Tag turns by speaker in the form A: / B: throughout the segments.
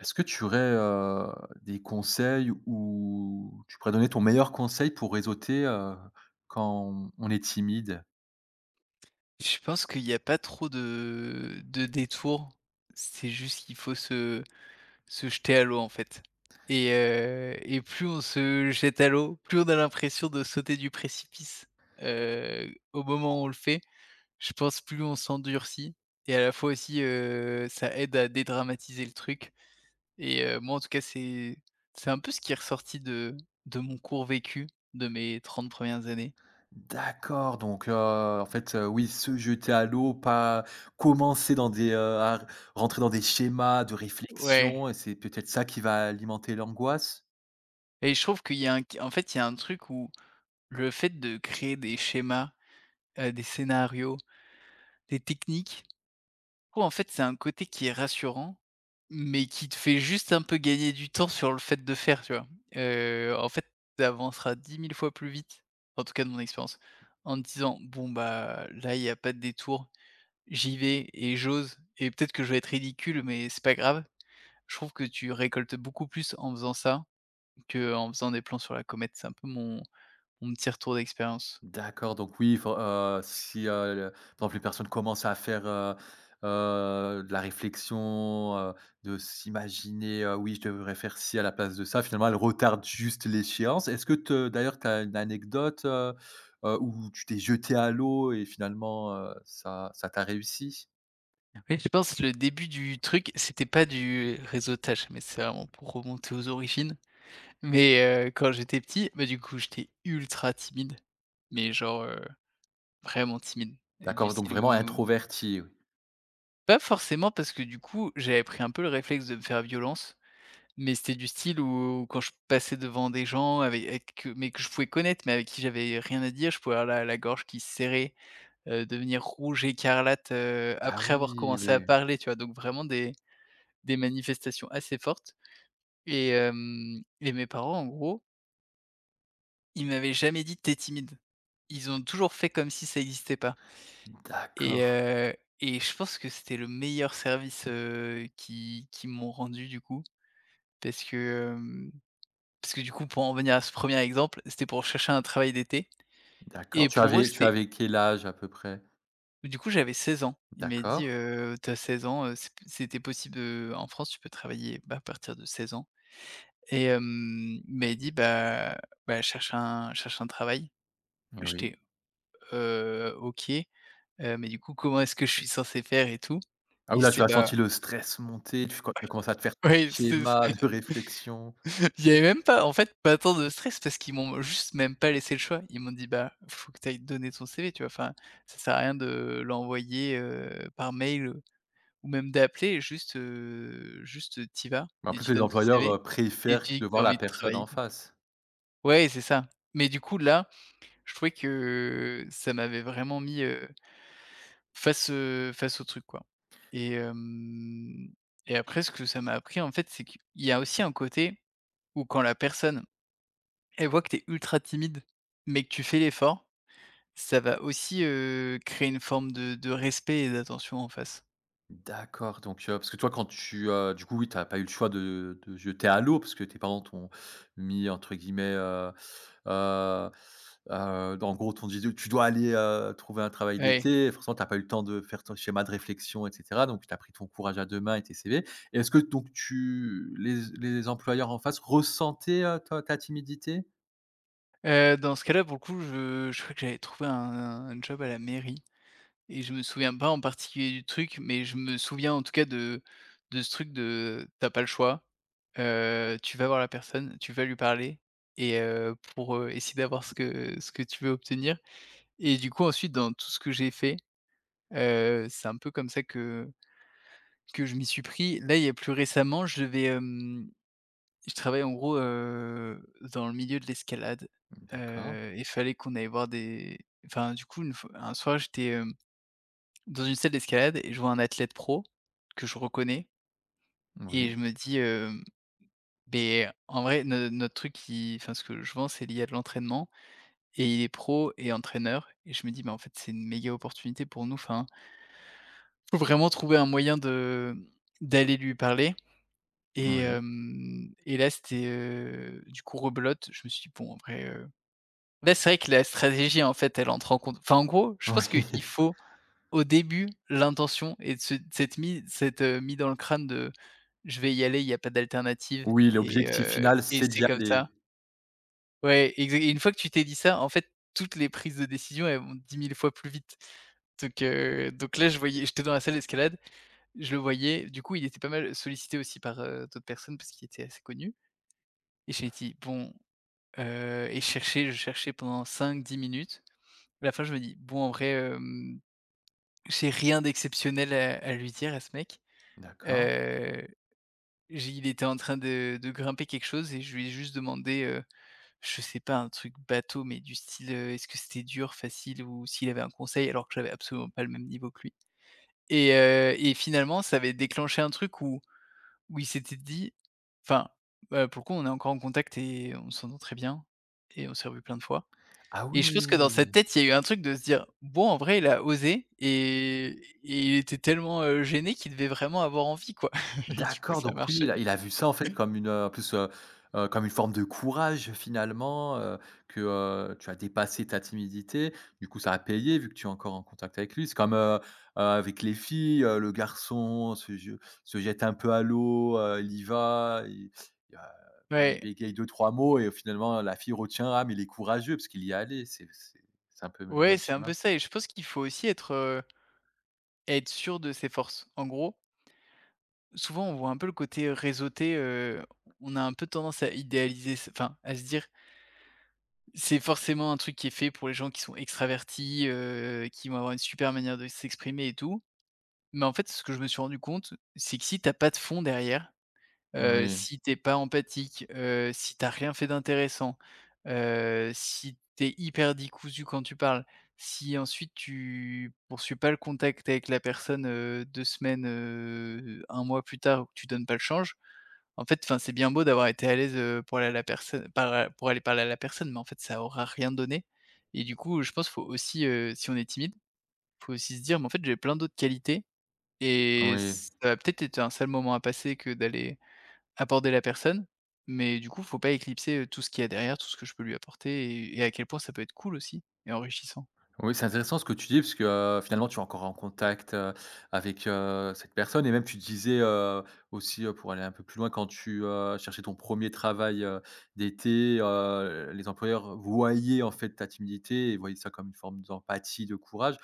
A: Est-ce que tu aurais, des conseils ou tu pourrais donner ton meilleur conseil pour réseauter, quand on est timide?
B: Je pense qu'il y a pas trop de détours. C'est juste qu'il faut se jeter à l'eau, en fait, et plus on se jette à l'eau, plus on a l'impression de sauter du précipice, au moment où on le fait. Je pense plus on s'endurcit et à la fois aussi, ça aide à dédramatiser le truc et moi, en tout cas, c'est un peu ce qui est ressorti de mon court vécu de mes 30 premières années.
A: D'accord, donc en fait, oui, se jeter à l'eau, pas commencer dans des, à rentrer dans des schémas de
B: Ouais,
A: réflexion et c'est peut-être ça qui va alimenter l'angoisse?
B: et je trouve qu'il y a un en fait, il y a un truc où le fait de créer des schémas, des scénarios, des techniques, je trouve en fait c'est un côté qui est rassurant, mais qui te fait juste un peu gagner du temps sur le fait de faire, tu vois? En fait, tu avanceras 10 000 fois plus vite, en tout cas de mon expérience, en te disant: «Bon bah, là il y a pas de détour, j'y vais et j'ose et peut-être que je vais être ridicule mais c'est pas grave». Je trouve que tu récoltes beaucoup plus en faisant ça que en faisant des plans sur la comète. C'est un peu mon petit retour d'expérience.
A: D'accord, donc oui, il faut, si, le par exemple, les personnes commencent à faire, de la réflexion, de s'imaginer, «Oui, je devrais faire ci à la place de ça», finalement, elles retardent juste l'échéance. Est-ce que te d'ailleurs, tu as une anecdote, où tu t'es jeté à l'eau et finalement, ça t'a réussi?
B: Oui, je pense que le début du truc, c'était pas du réseautage, mais c'est vraiment pour remonter aux origines. Mais quand j'étais petit, bah, du coup, j'étais ultra timide, mais genre, vraiment timide, et du
A: D'accord, donc
B: style
A: vraiment
B: où
A: introverti. Oui.
B: pas forcément parce que du coup, j'avais pris un peu le réflexe de me faire violence, mais c'était du style où quand je passais devant des gens avec que je pouvais connaître, mais avec qui j'avais rien à dire, je pouvais avoir la gorge qui se serrait, devenir rouge écarlate,
A: Ah
B: après avoir
A: oui,
B: commencé
A: oui,
B: à
A: oui.
B: parler, tu vois? Donc vraiment des manifestations assez fortes et mes parents, en gros, ils m'avaient jamais dit: t'es timide». Ils ont toujours fait comme si ça existait pas et
A: D'accord,
B: heu et je pense que c'était le meilleur service, qui qu'ils m'ont rendu du coup parce que, hem, parce que du coup, pour en revenir à ce premier exemple, c'était pour chercher un travail d'été
A: d'accord.
B: et
A: Tu
B: pour eux,
A: avais tu
B: c'était
A: avais quel âge à peu près?
B: du coup, j'avais 16 ans. Ils m'avaient dit:
A: D'accord,
B: Tu as 16 ans, c'était possible, en France, tu peux travailler, bah, à partir de 16 ans». Il dit: «Bah bah, cherche un travail».
A: oui.
B: J'étais: OK, mais du coup, comment est-ce que je suis censé faire et tout?»
A: Ah oui,
B: Il
A: là, tu
B: s'est
A: as senti
B: Bah,
A: le stress monter, tu as commencé à te faire
B: ouais, c'est ça.
A: schéma de réflexion.
B: Il y avait même pas, en fait, pas tant de stress parce qu'ils m'ont juste même pas laissé le choix. Ils m'ont dit: «Bah, faut que tu ailles donner ton CV», tu vois? Enfin, ça sert à rien de l'envoyer, par mail, ou même d'appeler, juste, juste, t'y vas
A: Mais en
B: et
A: plus,
B: tu
A: les
B: donnes ton
A: employeurs,
B: CV et
A: préfèrent
B: tu
A: que
B: dis
A: de
B: que t'as
A: voir la
B: envie de
A: personne
B: travailler,
A: en
B: quoi.
A: face.
B: Ouais, c'est ça. Mais du coup là, je trouvais que ça m'avait vraiment mis, face, face au truc, quoi, et hem et après ce que ça m'a appris, en fait, c'est qu'il y a aussi un côté où quand la personne, elle voit que t'es ultra timide, mais que tu fais l'effort, ça va aussi, créer une forme de respect et d'attention en face.
A: D'accord, donc parce que toi quand tu, du coup oui, t'as pas eu le choix de jeter à l'eau parce que tes parents t'ont mis entre guillemets, heu en gros t'ont dit: «Tu dois aller, trouver un travail
B: Ouais,
A: d'été». Forcément t'as pas eu le temps de faire ton schéma de réflexion et cetera, donc tu as pris ton courage à 2 mains et tes CV. Et est-ce que donc tu les employeurs en face ressentaient, ta timidité?
B: dans ce cas-là, pour le coup, je crois que j'avais trouvé un job à la mairie. Et je me souviens pas en particulier du truc, mais je me souviens en tout cas de ce truc de t'as pas le choix, tu vas voir la personne, tu vas lui parler et pour, essayer d'avoir ce que tu veux obtenir et du coup ensuite dans tout ce que j'ai fait, c'est un peu comme ça que je m'y suis pris. Là, il y a plus récemment, je travaille en gros, dans le milieu de l'escalade,
A: D'accord.
B: il fallait qu'on aille voir des enfin, du coup une fois un soir j'étais, dans une salle d'escalade et je vois un athlète pro que je reconnais et
A: Oui,
B: je me dis, hem: «Beh, en vrai, no notre truc, qui enfin, ce que je vends, c'est lié à de l'entraînement et il est pro et entraîneur» et je me dis: «Mais en fait, c'est une méga opportunité pour nous». Enfin, faut vraiment trouver un moyen de d'aller lui parler et
A: oui,
B: hem et là, c'était, du coup rebelote, je me suis dit: «Bon, en vrai» là, c'est vrai que la stratégie, en fait, elle entre en compte. Enfin, en gros, je
A: oui.
B: pense qu'il faut au début, l'intention est de se s'être, mis dans le crâne de: «Je vais y aller, il n'y a pas d'alternative»
A: Oui,
B: et
A: l'objectif
B: heu
A: final,
B: et
A: c'est d'y
B: c'est comme
A: aller.
B: ça. Ouais, exa et une fois que tu t'es dit ça, en fait, toutes les prises de décision, elles vont 10 000 fois plus vite. Donc là, je voyais j'étais dans la salle d'escalade, je le voyais. Du coup, il était pas mal sollicité aussi par, d'autres personnes parce qu'il était assez connu et j'ai dit: «Bon», et je cherchais pendant 5 10 minutes. À la fin, je me dis: «Bon, en vrai, j'ai rien d'exceptionnel à lui dire à ce mec».
A: D'accord.
B: Heu, j'ai Il était en train de grimper quelque chose et je lui ai juste demandé, je sais pas, un truc bateau, mais du style, est-ce que c'était dur, facile ou s'il avait un conseil alors que j'avais absolument pas le même niveau que lui et finalement ça avait déclenché un truc où il s'était dit enfin, pour on est encore en contact et on s'entend très bien et on s'est revu plein de fois
A: Ah
B: et je pense que dans sa
A: oui!
B: tête, il y a eu un truc de se dire: «Bon, en vrai, il a osé» et il était tellement, gêné qu'il devait vraiment avoir envie, quoi, et du coup
A: D'accord,
B: ça
A: donc oui, il
B: marchait.
A: a il a vu ça en fait comme une, en plus, comme une forme de courage finalement, que, tu as dépassé ta timidité. Du coup, ça a payé vu que tu es encore en contact avec lui. C'est comme, avec les filles, le garçon se jette un peu à l'eau, il y va, il, heu, enfin, il
B: Ouais,
A: bégaye deux trois mots et finalement la fille retient: «Ah mais il est courageux parce qu'il y est allé». C'est un peu le
B: ouais,
A: même
B: c'est un peu
A: schéma?
B: ça et je pense qu'il faut aussi être sûr de ses forces. En gros, souvent on voit un peu le côté réseauté, on a un peu tendance à idéaliser ce enfin, à se dire: «C'est forcément un truc qui est fait pour les gens qui sont extravertis, qui vont avoir une super manière de s'exprimer et tout». Mais en fait, ce que je me suis rendu compte, c'est que si t'as pas de fond derrière.
A: Oui,
B: Si t'es pas empathique, si t'as rien fait d'intéressant, si t'es hyper décousu quand tu parles, si ensuite tu poursuis pas le contact avec la personne, 2 semaines, 1 mois plus tard ou que tu donnes pas le change, en fait, enfin, c'est bien beau d'avoir été à l'aise, pour aller à la personne par pour aller parler à la personne, mais en fait, ça aura rien donné et du coup, je pense, qu'il faut aussi, si on est timide, faut aussi se dire: «Mais en fait, j'ai plein d'autres qualités» et
A: oui.
B: ça va peut-être être un sale moment à passer que d'aller apporter la personne, mais du coup, faut pas éclipser, tout ce qu'il y a derrière, tout ce que je peux lui apporter et à quel point ça peut être cool aussi et enrichissant.
A: Oui, c'est intéressant ce que tu dis parce que, finalement tu es encore en contact, avec, cette personne et même tu disais, aussi, pour aller un peu plus loin quand tu, cherchais ton premier travail, d'été, les employeurs voyaient en fait ta timidité et voyaient ça comme une forme d'empathie, de courage.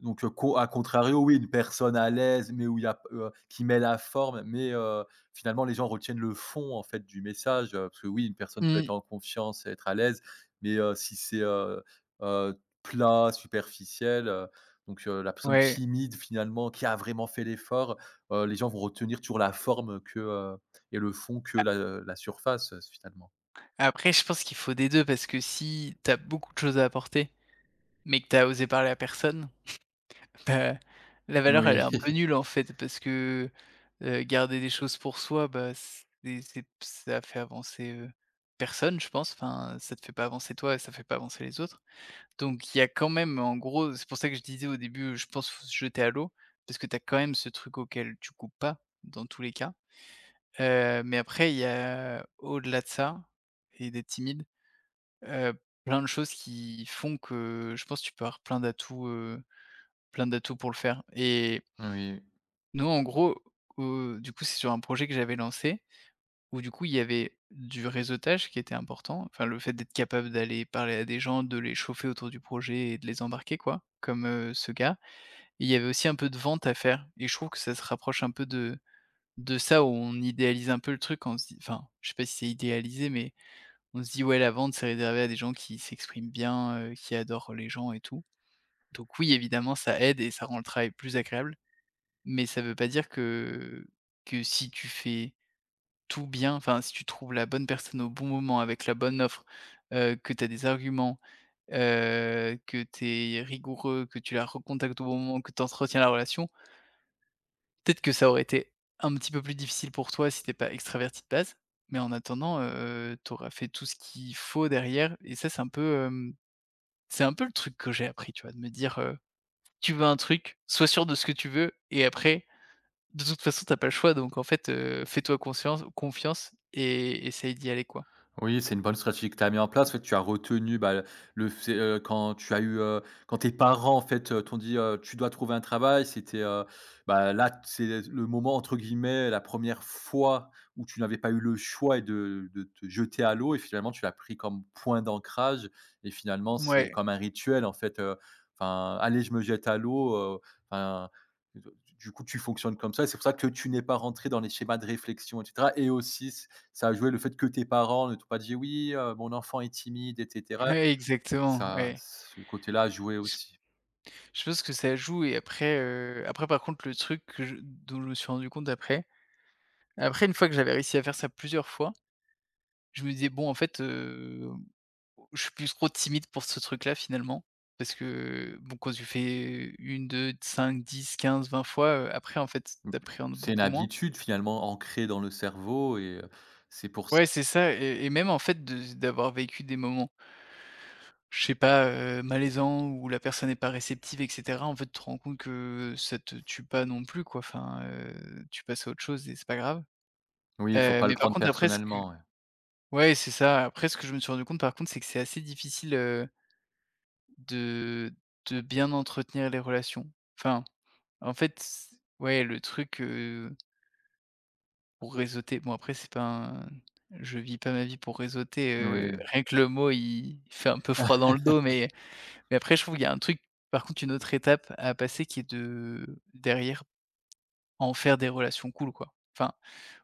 A: Donc, co à contrario, oui, une personne à l'aise, mais où il y a p qui met la forme, mais, finalement les gens retiennent le fond en fait du message, parce que oui, une personne peut
B: Mmh,
A: être en confiance et être à l'aise, mais, si c'est, heu, plat, superficiel, donc la personne
B: ouais.
A: timide finalement qui a vraiment fait l'effort, les gens vont retenir toujours la forme que, et le fond que la surface, finalement.
B: Après, je pense qu'il faut des 2, parce que si t'as beaucoup de choses à apporter, mais que t'as osé parler à personne, bah, la valeur, elle est
A: Oui,
B: un peu nulle, en fait, parce que, garder des choses pour soi, bah, c'est ça fait avancer, personne, je pense. Enfin, ça te fait pas avancer toi et ça fait pas avancer les autres. Donc il y a quand même en gros, c'est pour ça que je disais au début, je pense faut se jeter à l'eau, parce que tu as quand même ce truc auquel tu coupes pas, dans tous les cas. Mais après il y a au-delà de ça et d'être timide, heu, plein de choses qui font que je pense que tu peux avoir plein d'atouts pour le faire et
A: oui.
B: nous en gros, du coup c'est sur un projet que j'avais lancé où du coup il y avait du réseautage qui était important, enfin le fait d'être capable d'aller parler à des gens, de les chauffer autour du projet et de les embarquer quoi, comme, ce gars. Il y avait aussi un peu de vente à faire et je trouve que ça se rapproche un peu de ça où on idéalise un peu le truc. On se dit, enfin, je sais pas si c'est idéalisé, mais on se dit: «Ouais, la vente, c'est réservé à des gens qui s'expriment bien, qui adorent les gens et tout». Donc oui, évidemment, ça aide et ça rend le travail plus agréable, mais ça veut pas dire que si tu fais tout bien, enfin, si tu trouves la bonne personne au bon moment avec la bonne offre, que tu as des arguments, que tu es rigoureux, que tu la recontactes au bon moment, que tu entretiens la relation. Peut-être que ça aurait été un petit peu plus difficile pour toi si tu pas extraverti de base, mais en attendant, tu fait tout ce qu'il faut derrière, et ça, c'est un peu, c'est un peu le truc que j'ai appris, tu vois? De me dire, «Tu veux un truc, sois sûr de ce que tu veux et après, de toute façon, t'as pas le choix donc en fait, fais-toi conscience confiance et essaye d'y aller, quoi».
A: Oui, c'est une bonne stratégie que tu as mis en place. En fait, tu as retenu, bah, le fait, quand tu as eu, quand tes parents, en fait, t'ont dit, «Tu dois trouver un travail». C'était, bah, là, c'est le moment, entre guillemets, la première fois où tu n'avais pas eu le choix et de te jeter à l'eau et finalement, tu l'as pris comme point d'ancrage et finalement, c'est
B: Mouais,
A: comme un rituel, en fait, enfin: «Allez, je me jette à l'eau», enfin, du coup, tu fonctionnes comme ça et c'est pour ça que tu n'es pas rentré dans les schémas de réflexion et cetera et aussi, ça a joué le fait que tes parents ne t'ont pas dit: «Oui, mon enfant est timide» et cetera.
B: ouais, exactement,
A: Ça
B: ouais.
A: ce côté-là a joué
B: Je
A: aussi.
B: je pense que ça joue et après, après par contre le truc que je dont je me suis rendu compte après une fois que j'avais réussi à faire ça plusieurs fois. Je me disais: «Bon, en fait, je suis plus trop timide pour ce truc-là, finalement». Parce que, bon, quand tu fais une, deux, cinq, dix, quinze, vingt fois, après, en fait,
A: Mmh.
B: tu
A: C'est une
B: beaucoup moins.
A: habitude finalement ancrée dans le cerveau. Et c'est pour ç
B: Ouais, c'est ça, et même, en fait, de d'avoir vécu des moments, je sais pas, malaisants où la personne n'est pas réceptive et cetera, en fait, tu te rends compte que ça te tue pas non plus, quoi. Enfin, tu passes à autre chose et c'est pas grave.
A: Oui, il faut pas le
B: Mais par
A: prendre
B: contre, après, ce que
A: personnellement, ouais.
B: ouais, c'est ça. Après, ce que je me suis rendu compte, par contre, c'est que c'est assez difficile, de bien entretenir les relations. Enfin, en fait, c ouais, le truc, pour réseauter, bon après c'est pas un, je vis pas ma vie pour réseauter,
A: Oui.
B: rien que le mot il fait un peu froid dans le dos, mais après je trouve qu'il y a un truc, par contre une autre étape à passer qui est de, derrière, en faire des relations cool quoi. Enfin,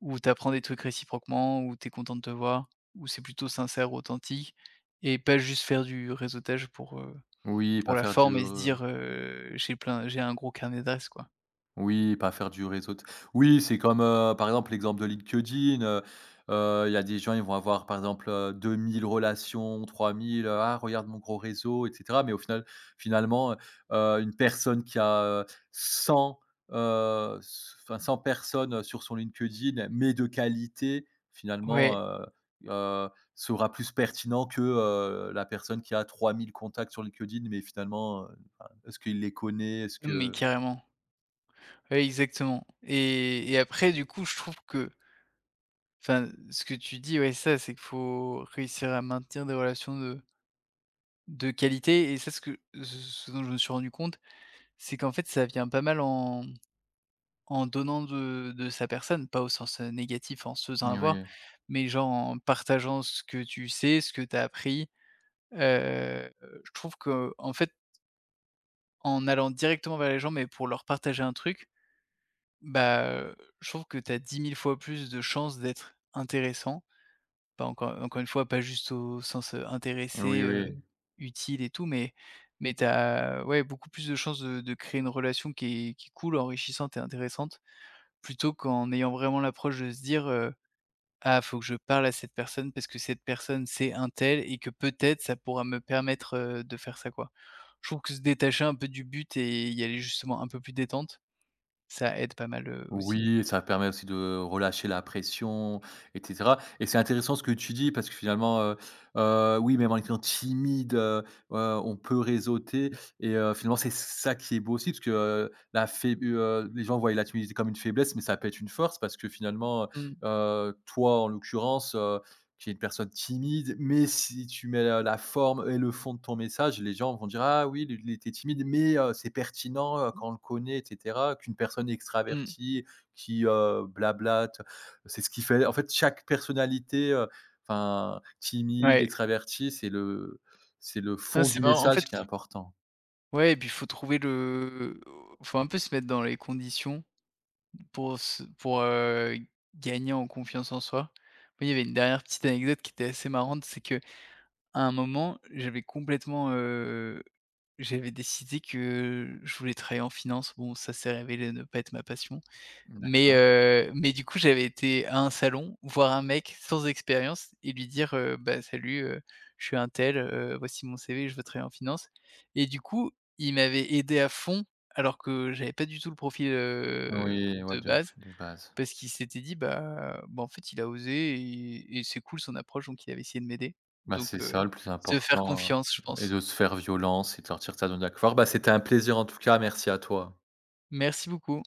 B: où t'apprends des trucs réciproquement, où t'es content de te voir, où c'est plutôt sincère, authentique, et pas juste faire du réseautage pour,
A: Oui, pas
B: Pour la
A: faire du,
B: forme et se dire, «J'ai plein j'ai un gros carnet d'adresses», quoi.
A: Oui, pas faire du réseau t oui, c'est comme, par exemple, l'exemple de LinkedIn, il y a des gens, ils vont avoir, par exemple, 2 000 relations, 3 000. «Ah regarde mon gros réseau» et cetera. Mais au final finalement, une personne qui a, 100, s enfin 100 personnes, sur son LinkedIn, mais de qualité,
B: Ouais,
A: finalement, sera plus pertinent que, la personne qui a 3 000 contacts sur LinkedIn, mais finalement, enfin, est-ce qu'il les connaît? Est-ce
B: non mais
A: que
B: carrément. Ouais, exactement, et après du coup, je trouve que, enfin, ce que tu dis, ouais, ça, c'est qu'il faut réussir à maintenir des relations de qualité, et ça, ce que ce dont je me suis rendu compte, c'est qu'en fait, ça vient pas mal en en donnant de sa personne, pas au sens, négatif, en se faisant avoir,
A: oui.
B: mais genre en partageant ce que tu sais, ce que tu as appris, heu, je trouve que, en fait, en allant directement vers les gens, mais pour leur partager un truc, bah, je trouve que tu as 10 000 fois plus de chances d'être intéressant. Pas encore une fois, pas juste au sens,
A: Oui,
B: intéressé,
A: oui.
B: utile et tout, mais tu as, ouais, beaucoup plus de chances de créer une relation qui est cool, enrichissante et intéressante, plutôt qu'en ayant vraiment l'approche de se dire, ah, faut que je parle à cette personne parce que cette personne, c'est un tel et que peut-être ça pourra me permettre, de faire ça, quoi. Je trouve que se détacher un peu du but et y aller justement un peu plus détente, ça aide pas mal, aussi.
A: Oui, ça permet aussi de relâcher la pression et cetera et c'est intéressant ce que tu dis parce que finalement, oui, même en étant timide, on peut réseauter et finalement, c'est ça qui est beau aussi parce que, la faib les gens voient la timidité comme une faiblesse mais ça peut être une force parce que finalement,
B: Mmh,
A: heu toi, en l'occurrence, qui est une personne timide, mais si tu mets la forme et le fond de ton message, les gens vont dire: «Ah oui, il était timide, mais c'est pertinent, quand on le connaît» et cetera, qu'une personne
B: mmh.
A: extravertie qui, blablate. C'est ce qui fait en fait, chaque personnalité, enfin, timide,
B: Ouais.
A: extravertie, c'est le
B: Non,
A: fond du
B: c'est marrant. En
A: message
B: fait,
A: qui est important.
B: ouais, et puis il faut trouver le, faut un peu se mettre dans les conditions pour se pour, gagner en confiance en soi. Moi, il y avait une dernière petite anecdote qui était assez marrante, c'est que À un moment, j'avais complètement, j'avais décidé que je voulais travailler en finance. Bon, ça s'est révélé ne pas être ma passion,
A: D'accord.
B: mais du coup, j'avais été à un salon, voir un mec sans expérience et lui dire, «Bah, salut, je suis untel, voici mon CV, je veux travailler en finance», et du coup, il m'avait aidé à fond alors que j'avais pas du tout le profil,
A: Oui, ouais,
B: de
A: de
B: base,
A: de base.
B: parce qu'il s'était dit: «Bah bah, en fait, il a osé et c'est cool son approche», donc il avait essayé de m'aider.
A: Bah, c'est
B: Donc
A: ça le plus
B: se faire
A: important,
B: confiance, je
A: et
B: pense.
A: de se faire violence et de sortir de sa zone d'accord. Bah, c'était un plaisir en tout cas, merci à toi.
B: Merci beaucoup.